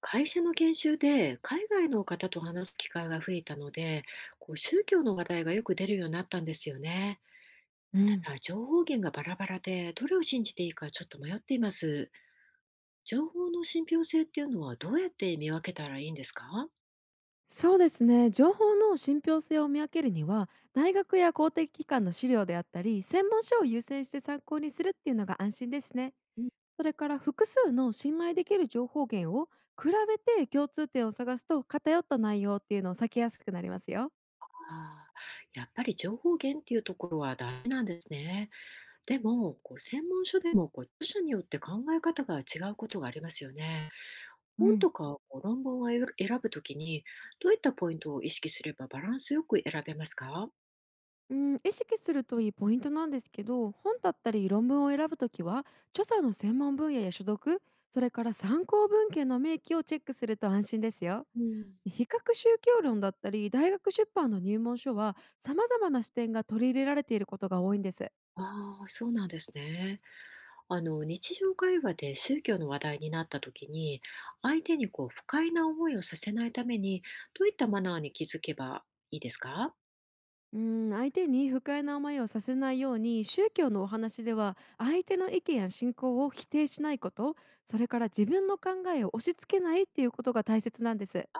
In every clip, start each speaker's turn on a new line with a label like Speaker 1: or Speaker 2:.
Speaker 1: 会社の研修で海外の方と話す機会が増えたので、宗教の話題がよく出るようになったんですよね。
Speaker 2: うん、
Speaker 1: ただ、情報源がバラバラで、どれを信じていいかちょっと迷っています。情報の信憑性っていうのはどうやって見分けたらいいんですか？
Speaker 2: そうですね。情報の信憑性を見分けるには、大学や公的機関の資料であったり専門書を優先して参考にするっていうのが安心ですね。
Speaker 1: うん。
Speaker 2: それから、複数の信頼できる情報源を比べて共通点を探すと、偏った内容っていうのを避けやすくなりますよ。
Speaker 1: あー、やっぱり情報源っていうところは大事なんですね。でも、専門書でも著者によって考え方が違うことがありますよね。
Speaker 2: う
Speaker 1: 本
Speaker 2: ん、
Speaker 1: とか論文を選ぶときに、どういったポイントを意識すればバランスよく選べますか？
Speaker 2: うん、意識するといいポイントなんですけど、本だったり論文を選ぶときは、著者の専門分野や所属、それから参考文献の明記をチェックすると安心ですよ。
Speaker 1: うん。
Speaker 2: 比較宗教論だったり大学出版の入門書は、様々な視点が取り入れられていることが多いんです。
Speaker 1: ああ、そうなんですね。あの、日常会話で宗教の話題になったときに、相手に不快な思いをさせないために、どういったマナーに気づけばいいですか？
Speaker 2: うん、相手に不快な思いをさせないように、宗教のお話では相手の意見や信仰を否定しないこと、それから自分の考えを押し付けないっていうことが大切なんです。
Speaker 1: あ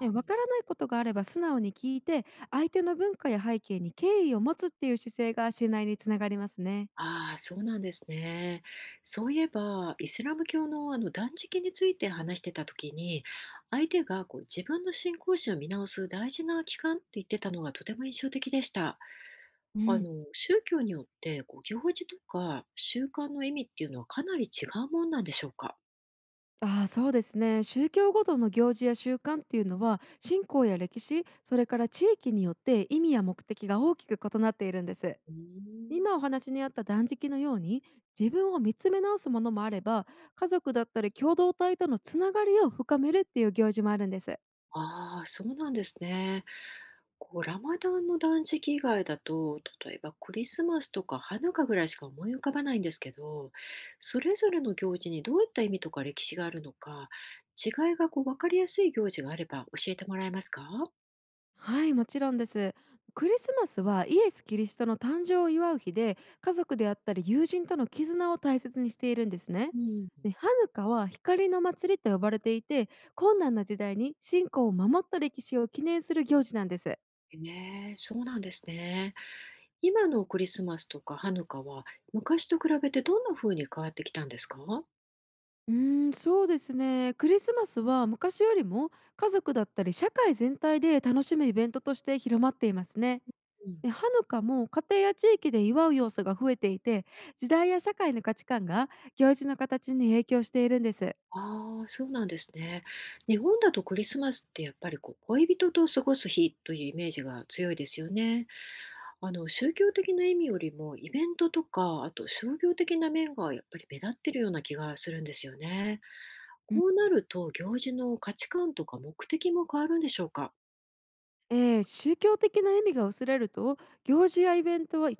Speaker 2: ね、
Speaker 1: あー。うん。
Speaker 2: わからないことがあれば素直に聞いて、相手の文化や背景に敬意を持つっていう姿勢が信頼につながりますね。
Speaker 1: ああ、そうなんですね。そういえば、イスラム教のあの断食について話してた時に、相手が自分の信仰心を見直す大事な期間って言ってたのがとても印象的でした。
Speaker 2: う
Speaker 1: あ
Speaker 2: ん、
Speaker 1: の、宗教によって行事とか習慣の意味っていうのはかなり違うもんなんでしょうか。
Speaker 2: ああ、そうですね。宗教ごとの行事や習慣っていうのは、信仰や歴史、それから地域によって意味や目的が大きく異なっているんです。
Speaker 1: うーん。
Speaker 2: 今お話にあった断食のように、自分を見つめ直すものもあれば、家族だったり共同体とのつながりを深めるっていう行事もあるんです。
Speaker 1: ああ、そうなんですね。こう、ラマダンの断食以外だと、例えばクリスマスとかハヌカぐらいしか思い浮かばないんですけど、それぞれの行事にどういった意味とか歴史があるのか、違いが分かりやすい行事があれば教えてもらえますか？
Speaker 2: はい、もちろんです。クリスマスはイエス・キリストの誕生を祝う日で、家族であったり友人との絆を大切にしているんですね。
Speaker 1: うん。
Speaker 2: でハヌカは光の祭りと呼ばれていて、困難な時代に信仰を守った歴史を記念する行事なんです。
Speaker 1: ねえ、そうなんですね。今のクリスマスとかハヌカは昔と比べてどんな風に変わってきたんですか？
Speaker 2: うーん、そうですね。クリスマスは昔よりも家族だったり社会全体で楽しむイベントとして広まっていますね。
Speaker 1: うん。
Speaker 2: でハヌカも家庭や地域で祝う要素が増えていて、時代や社会の価値観が行事の形に影響しているんです。
Speaker 1: ああ、そうなんですね。日本だとクリスマスってやっぱり恋人と過ごす日というイメージが強いですよね。あの、宗教的な意味よりも、イベントとか、あと商業的な面がやっぱり目立ってるような気がするんですよね。
Speaker 2: うん、
Speaker 1: こうなると、行事の価値観とか目的も変わるんでしょうか？
Speaker 2: 宗教的な意味が薄れると、行事やイベントは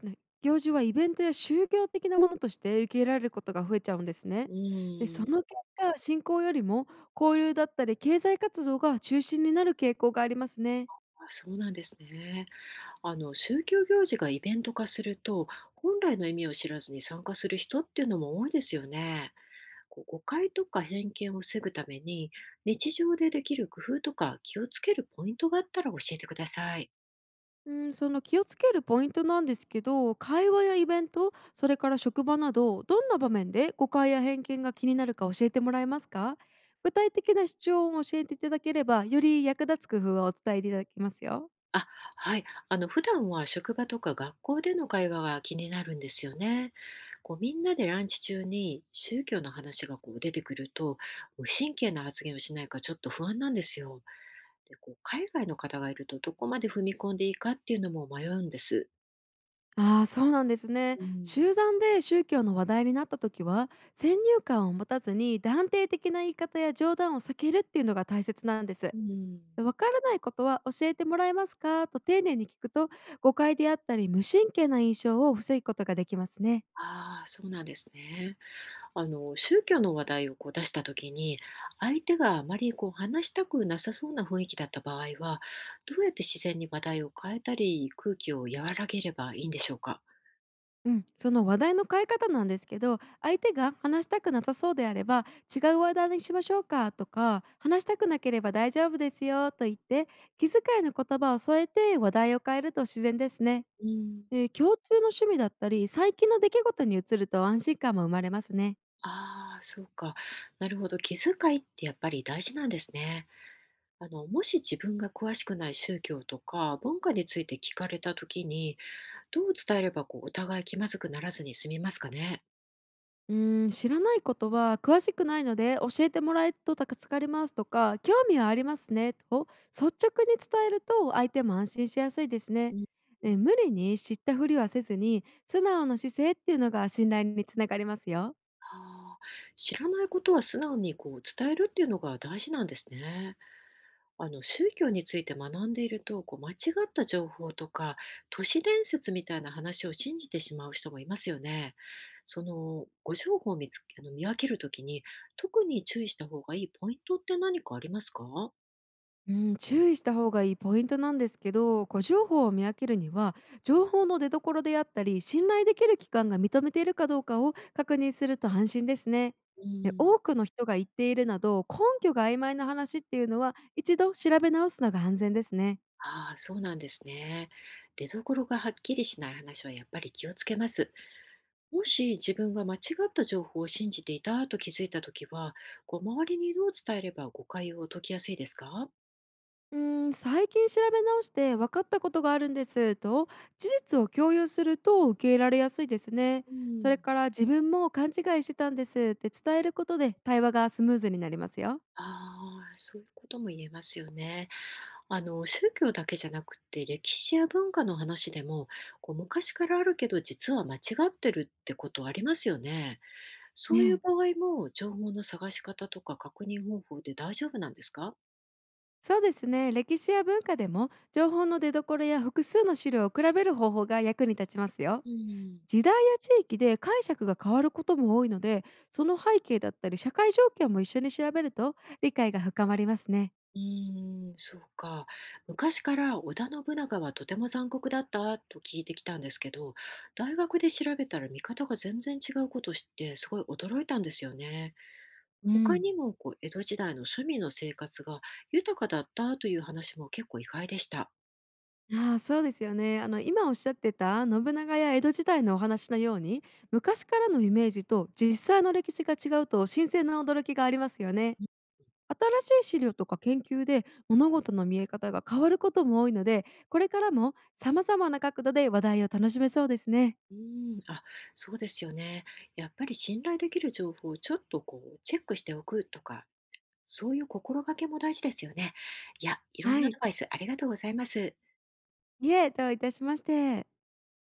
Speaker 2: 行事はイベントや宗教的なものとして受け入れられることが増えちゃうんです
Speaker 1: う
Speaker 2: ね。で
Speaker 1: ー
Speaker 2: そ
Speaker 1: ん。
Speaker 2: の結果、信仰よりも交流だったり経済活動が中心になる傾向がありますね。
Speaker 1: あ、そうなんですね。あの、宗教行事がイベント化すると、本来の意味を知らずに参加する人っていうのも多いですよね。誤解とか偏見を防ぐために、日常でできる工夫とか気をつけるポイントがあったら教えてください。
Speaker 2: うん、その気をつけるポイントなんですけど、会話やイベント、それから職場など、どんな場面で誤解や偏見が気になるか教えてもらえますか？具体的な主張を教えていただければ、より役立つ工夫をお伝えいただきますよ。
Speaker 1: あ、はい。あの、普段は職場とか学校での会話が気になるんですよね。こう、みんなでランチ中に宗教の話が出てくると、無神経な発言をしないかちょっと不安なんですよ。で、こう、海外の方がいるとどこまで踏み込んでいいかっていうのも迷うんです。
Speaker 2: ああ、そうなんですね。
Speaker 1: うん。
Speaker 2: 集団で宗教の話題になった時は、先入観を持たずに断定的な言い方や冗談を避けるっていうのが大切なんです
Speaker 1: うん。
Speaker 2: 「わからないことは教えてもらえますか？」と丁寧に聞くと、誤解であったり無神経な印象を防ぐことができますね。
Speaker 1: ああ、そうなんですね。あの、宗教の話題を出した時に、相手があまり話したくなさそうな雰囲気だった場合は、どうやって自然に話題を変えたり、空気を和らげればいいんでしょうか？
Speaker 2: うん、その話題の変え方なんですけど、相手が話したくなさそうであれば、違う話題にしましょうかとか、話したくなければ大丈夫ですよと言って、気遣いの言葉を添えて話題を変えると自然ですね。
Speaker 1: うん。
Speaker 2: 共通の趣味だったり、最近の出来事に移ると安心感も生まれますね。
Speaker 1: ああ、そうか。なるほど。気遣いってやっぱり大事なんですね。あの、もし自分が詳しくない宗教とか文化について聞かれた時に、どう伝えればお互い気まずくならずに済みますかね？
Speaker 2: うーん、知らないことは、詳しくないので教えてもらえると助かりますとか、興味はありますねと率直に伝えると、相手も安心しやすいです
Speaker 1: う
Speaker 2: ね。
Speaker 1: ん。
Speaker 2: ね、無理に知ったふりはせずに、素直な姿勢っていうのが信頼につながりますよ。
Speaker 1: ああ、知らないことは素直に伝えるっていうのが大事なんですね。あの、宗教について学んでいると、間違った情報とか都市伝説みたいな話を信じてしまう人もいますよね。そのご情報を見つけ、あの見分けるときに特に注意した方がいいポイントって何かありますか？
Speaker 2: うん、注意した方がいいポイントなんですけど、誤情報を見分けるには、情報の出所であったり、信頼できる機関が認めているかどうかを確認すると安心ですね。
Speaker 1: う
Speaker 2: で、
Speaker 1: ん。
Speaker 2: 多くの人が言っているなど、根拠が曖昧な話っていうのは、一度調べ直すのが安全ですね。
Speaker 1: ああ、そうなんですね。出どころがはっきりしない話はやっぱり気をつけます。もし自分が間違った情報を信じていたと気づいたときは、周りにどう伝えれば誤解を解きやすいですか？
Speaker 2: うーん、最近調べ直して分かったことがあるんですと事実を共有すると、受け入れられやすいですね。
Speaker 1: う
Speaker 2: それ
Speaker 1: ん。
Speaker 2: から、自分も勘違いしてたんですって伝えることで、対話がスムーズになりますよ。
Speaker 1: ああ、そういうことも言えますよね。あの、宗教だけじゃなくて、歴史や文化の話でも、昔からあるけど、実は間違ってるってことありますよね。そ
Speaker 2: ね
Speaker 1: ういう
Speaker 2: え、
Speaker 1: 場合も、情報の探し方とか確認方法で大丈夫なんですか？
Speaker 2: そうですね。歴史や文化でも、情報の出所や複数の資料を比べる方法が役に立ちますよ。
Speaker 1: うん。
Speaker 2: 時代や地域で解釈が変わることも多いので、その背景だったり社会状況も一緒に調べると、理解が深まりますね。
Speaker 1: うーん、そうか。昔から織田信長はとても残酷だったと聞いてきたんですけど、大学で調べたら見方が全然違うことを知ってすごい驚いたんですよね。
Speaker 2: う
Speaker 1: 他
Speaker 2: ん、
Speaker 1: にも江戸時代の庶民の生活が豊かだったという話も結構意外でした。
Speaker 2: ああ、そうですよね。あの、今おっしゃってた信長や江戸時代のお話のように、昔からのイメージと実際の歴史が違うと新鮮な驚きがありますよね。新しい資料とか研究で物事の見え方が変わることも多いので、これからも様々な角度で話題を楽しめそうですね。
Speaker 1: うーん、あ、そうですよね。やっぱり信頼できる情報をちょっとチェックしておくとか、そういう心がけも大事ですよね。いや、いろんな
Speaker 2: は
Speaker 1: アド
Speaker 2: い。
Speaker 1: バイスありがとうございます。
Speaker 2: いえ、どういたしまして。